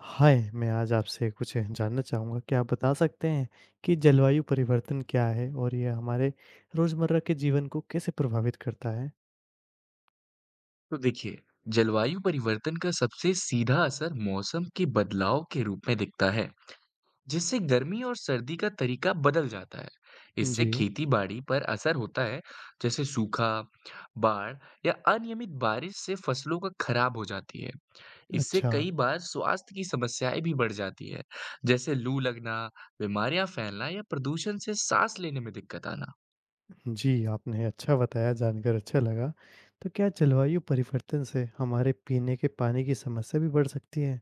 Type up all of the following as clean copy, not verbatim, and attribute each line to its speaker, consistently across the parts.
Speaker 1: हाय! मैं आज आपसे कुछ जानना चाहूँगा, क्या आप बता सकते हैं कि जलवायु परिवर्तन क्या है और ये हमारे रोज़मर्रा के जीवन को कैसे प्रभावित करता है?
Speaker 2: तो देखिए, जलवायु परिवर्तन का सबसे सीधा असर मौसम के बदलाव के रूप में दिखता है। जिससे गर्मी और सर्दी का तरीका बदल जाता है। इससे
Speaker 1: जी,
Speaker 2: खेती बाड़ी पर असर होता है। जैसे सूखा, बाढ़ या अनियमित बारिश से फसलों का खराब हो जाती है। इससे
Speaker 1: अच्छा।
Speaker 2: कई बार स्वास्थ्य की समस्याएं भी बढ़ जाती है। जैसे लू लगना, बीमारियां फैलना या प्रदूषण से सांस लेने में दिक्कत आना।
Speaker 1: जी, आपने अच्छा बताया, जानकर अच्छा लगा। तो क्या जलवायु परिवर्तन से हमारे पीने के पानी की समस्या भी बढ़ सकती है?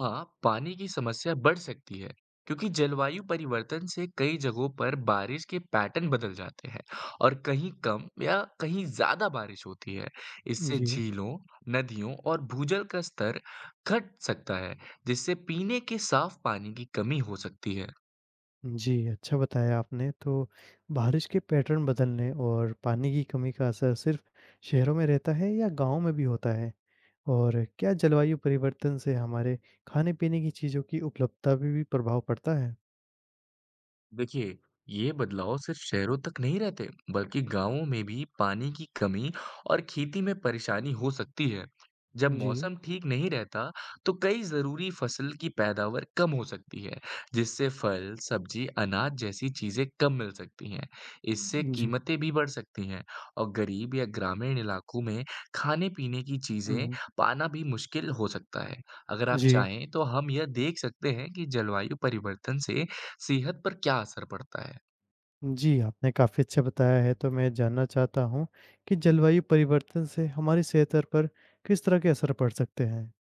Speaker 2: हाँ, पानी की समस्या बढ़ सकती है। क्योंकि जलवायु परिवर्तन से कई जगहों पर बारिश के पैटर्न बदल जाते हैं और कहीं कम या कहीं ज्यादा बारिश होती है। इससे
Speaker 1: जी।
Speaker 2: झीलों, नदियों और भूजल का स्तर घट सकता है, जिससे पीने के साफ पानी की कमी हो सकती है।
Speaker 1: जी, अच्छा बताया आपने। तो बारिश के पैटर्न बदलने और पानी की कमी का असर सिर्फ़ शहरों में रहता है या गाँव में भी होता है? और क्या जलवायु परिवर्तन से हमारे खाने-पीने की चीज़ों की उपलब्धता पे भी प्रभाव पड़ता है?
Speaker 2: देखिए, ये बदलाव सिर्फ शहरों तक नहीं रहते, बल्कि गांवों में भी पानी की कमी और खेती में परेशानी हो सकती है। जब
Speaker 1: जी।
Speaker 2: मौसम ठीक नहीं रहता, तो कई जरूरी फसल की पैदावार कम हो सकती है, जिससे फल, सब्जी, अनाज जैसी चीजें कम मिल सकती हैं। इससे
Speaker 1: जी।
Speaker 2: कीमतें भी बढ़ सकती हैं और गरीब या ग्रामीण इलाकों में खाने-पीने की चीजें
Speaker 1: हुँ,
Speaker 2: पाना भी मुश्किल हो सकता है। अगर आप
Speaker 1: जी।
Speaker 2: चाहें, तो हम यह देख सकते हैं कि जलवायु परिवर्तन से सेहत पर क्या असर पड़ता है?
Speaker 1: जी, आपने काफ़ी अच्छा बताया है, तो मैं जानना चाहता हूँ कि जलवायु परिवर्तन से हमारी सेहत र पर किस तरह के असर पड़ सकते हैं?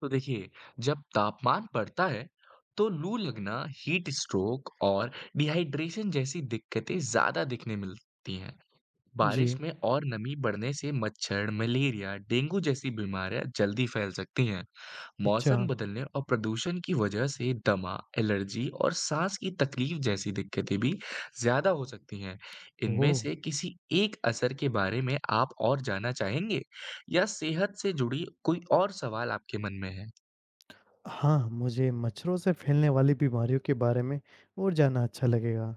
Speaker 2: तो देखिए, जब तापमान बढ़ता है, तो लू लगना, हीट स्ट्रोक और डिहाइड्रेशन जैसी दिक्कतें ज़्यादा दिखने मिलती हैं।
Speaker 1: जी,
Speaker 2: बारिश में और नमी बढ़ने से मच्छर, मलेरिया, डेंगू जैसी बीमारियां जल्दी फैल सकती हैं।
Speaker 1: अच्छा।
Speaker 2: मौसम बदलने और प्रदूषण की वजह से दमा, एलर्जी और सांस की तकलीफ जैसी दिक्कतें भी ज्यादा हो सकती हैं। इनमें
Speaker 1: ओह!
Speaker 2: से किसी एक असर के बारे में आप और जानना चाहेंगे, या सेहत से जुड़ी कोई और सवाल आपके मन में है?
Speaker 1: हाँ, मुझे मच्छरों से फैलने वाली बीमारियों के बारे में और जानना अच्छा लगेगा।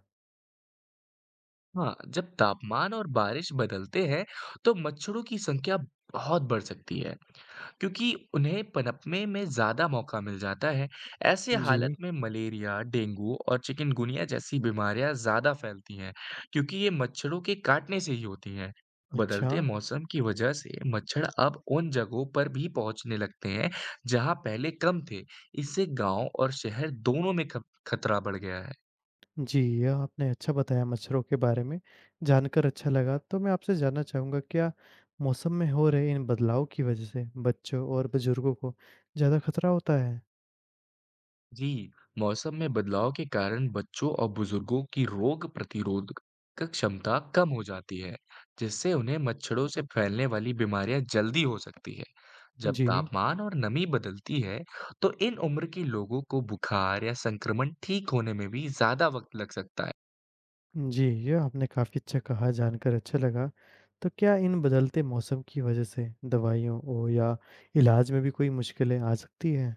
Speaker 2: हाँ, जब तापमान और बारिश बदलते हैं, तो मच्छरों की संख्या बहुत बढ़ सकती है, क्योंकि उन्हें पनपने में ज़्यादा मौका मिल जाता है। ऐसे हालत
Speaker 1: जी,
Speaker 2: में मलेरिया, डेंगू और चिकनगुनिया जैसी बीमारियाँ ज़्यादा फैलती हैं, क्योंकि ये मच्छरों के काटने से ही होती हैं।
Speaker 1: अच्छा।
Speaker 2: बदलते मौसम की वजह से मच्छर अब उन जगहों पर भी पहुँचने लगते हैं, जहाँ पहले कम थे। इससे गाँव और शहर दोनों में ख खतरा बढ़ गया है।
Speaker 1: जी, यह आपने अच्छा बताया मच्छरों के बारे में, जानकर अच्छा लगा। तो मैं आपसे जानना चाहूँगा क्या मौसम में हो रहे इन बदलाव की वजह से बच्चों और बुजुर्गों को ज़्यादा खतरा होता है?
Speaker 2: जी, मौसम में बदलाव के कारण बच्चों और बुजुर्गों की रोग प्रतिरोध क क्षमता कम हो जाती है, जिससे उन्हें मच्छरों से फैलने वाली बीमारियां जल्दी हो सकती है। जब
Speaker 1: जी।
Speaker 2: तापमान और नमी बदलती है, तो इन उम्र के लोगों को बुखार या संक्रमण ठीक होने में भी ज्यादा वक्त लग सकता है।
Speaker 1: जी, यह आपने काफ़ी अच्छा कहा, जानकर अच्छा लगा। तो क्या इन बदलते मौसम की वजह से दवाइयों ओ या इलाज में भी कोई मुश्किलें आ सकती हैं?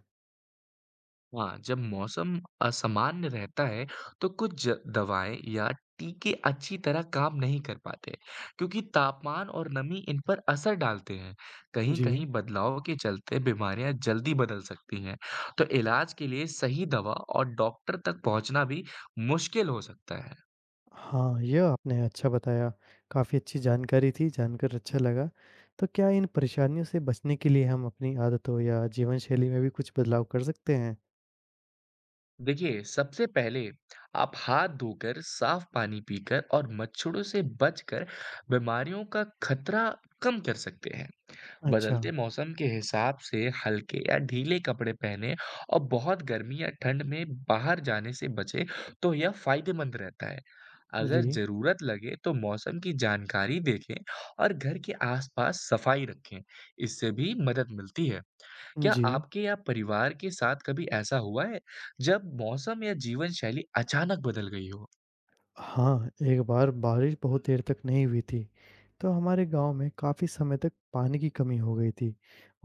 Speaker 2: हाँ, जब मौसम असामान्य रहता है, तो कुछ दवाएं या टीके अच्छी तरह काम नहीं कर पाते, क्योंकि तापमान और नमी इन पर असर डालते हैं। कहीं कहीं
Speaker 1: जी।
Speaker 2: बदलाव के चलते बीमारियां जल्दी बदल सकती हैं, तो इलाज के लिए सही दवा और डॉक्टर तक पहुंचना भी मुश्किल हो सकता है।
Speaker 1: हाँ, यह आपने अच्छा बताया। काफ़ी अच्छी जानकारी थी, जानकर अच्छा लगा। तो क्या इन परेशानियों से बचने के लिए हम अपनी आदतों या जीवन शैली में भी कुछ बदलाव कर सकते हैं?
Speaker 2: देखिए, सबसे पहले आप हाथ धोकर, साफ पानी पीकर और मच्छरों से बचकर बीमारियों का खतरा कम कर सकते हैं।
Speaker 1: अच्छा,
Speaker 2: बदलते मौसम के हिसाब से हल्के या ढीले कपड़े पहने और बहुत गर्मी या ठंड में बाहर जाने से बचे, तो यह फायदेमंद रहता है। अगर
Speaker 1: जी,
Speaker 2: जरूरत लगे तो मौसम की जानकारी देखें और घर के आसपास सफाई रखें। इससे भी मदद मिलती है। क्या
Speaker 1: जी।
Speaker 2: आपके या परिवार के साथ कभी ऐसा हुआ है, जब मौसम या जीवन शैली अचानक बदल गई हो?
Speaker 1: हाँ, एक बार बारिश बहुत देर तक नहीं हुई थी, तो हमारे गाँव में काफ़ी समय तक पानी की कमी हो गई थी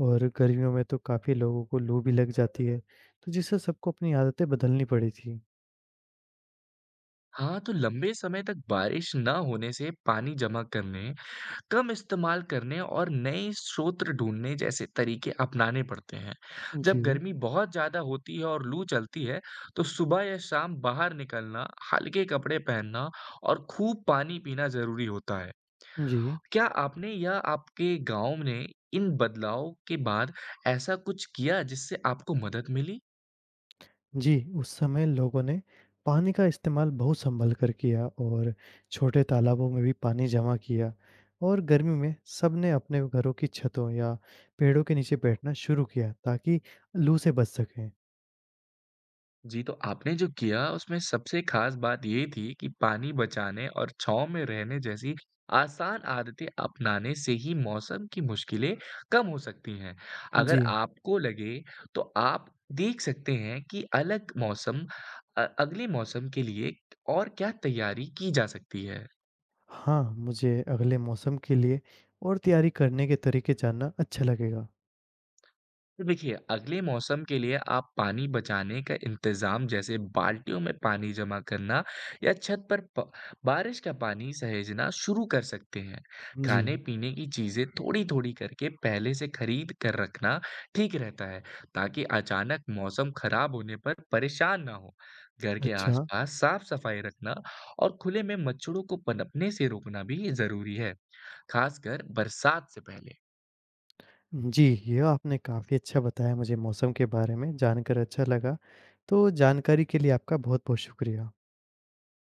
Speaker 1: और गर्मियों में तो काफ़ी लोगों को लू भी लग जाती है, तो जिससे सबको अपनी आदतें बदलनी पड़ी थी।
Speaker 2: हाँ, तो लंबे समय तक बारिश ना होने से पानी जमा करने, कम इस्तेमाल करने और नए स्रोत ढूँढने जैसे तरीके अपनाने पड़ते हैं। जब
Speaker 1: जी,
Speaker 2: गर्मी बहुत ज़्यादा होती है और लू चलती है, तो सुबह या शाम बाहर निकलना, हल्के कपड़े पहनना और खूब पानी पीना ज़रूरी होता है।
Speaker 1: जी।
Speaker 2: क्या आपने या आपके गाँव ने इन बदलाव के बाद ऐसा कुछ किया, जिससे आपको मदद मिली?
Speaker 1: जी, उस समय लोगों ने पानी का इस्तेमाल बहुत सँभल कर किया और छोटे तालाबों में भी पानी जमा किया और गर्मी में सबने अपने घरों की छतों या पेड़ों के नीचे बैठना शुरू किया ताकि लू से बच सकें।
Speaker 2: जी, तो आपने जो किया उसमें सबसे खास बात ये थी कि पानी बचाने और छाँव में रहने जैसी आसान आदतें अपनाने से ही मौसम की मुश्किलें कम हो सकती हैं।
Speaker 1: जी,
Speaker 2: अगर आपको लगे, तो आप देख सकते हैं कि अगले मौसम के लिए और क्या तैयारी की जा सकती है।
Speaker 1: हाँ, मुझे अगले मौसम के लिए और तैयारी करने के तरीके जानना अच्छा लगेगा।
Speaker 2: तो देखिए, अगले मौसम के लिए आप पानी बचाने का इंतज़ाम, जैसे बाल्टियों में पानी जमा करना या छत पर प बारिश का पानी सहेजना शुरू कर सकते हैं।
Speaker 1: जी,
Speaker 2: खाने-पीने की चीज़ें थोड़ी-थोड़ी करके पहले से खरीद कर रखना ठीक रहता है, ताकि अचानक मौसम खराब होने पर परेशान ना हो। घर के
Speaker 1: अच्छा।
Speaker 2: आस-पास साफ-सफाई रखना और खुले में मच्छरों को पनपने से रोकना भी ज़रूरी है, ख़ासकर बरसात से पहले।
Speaker 1: जी, ये आपने काफ़ी अच्छा बताया मुझे मौसम के बारे में जानकर अच्छा लगा। तो जानकारी के लिए आपका बहुत-बहुत शुक्रिया।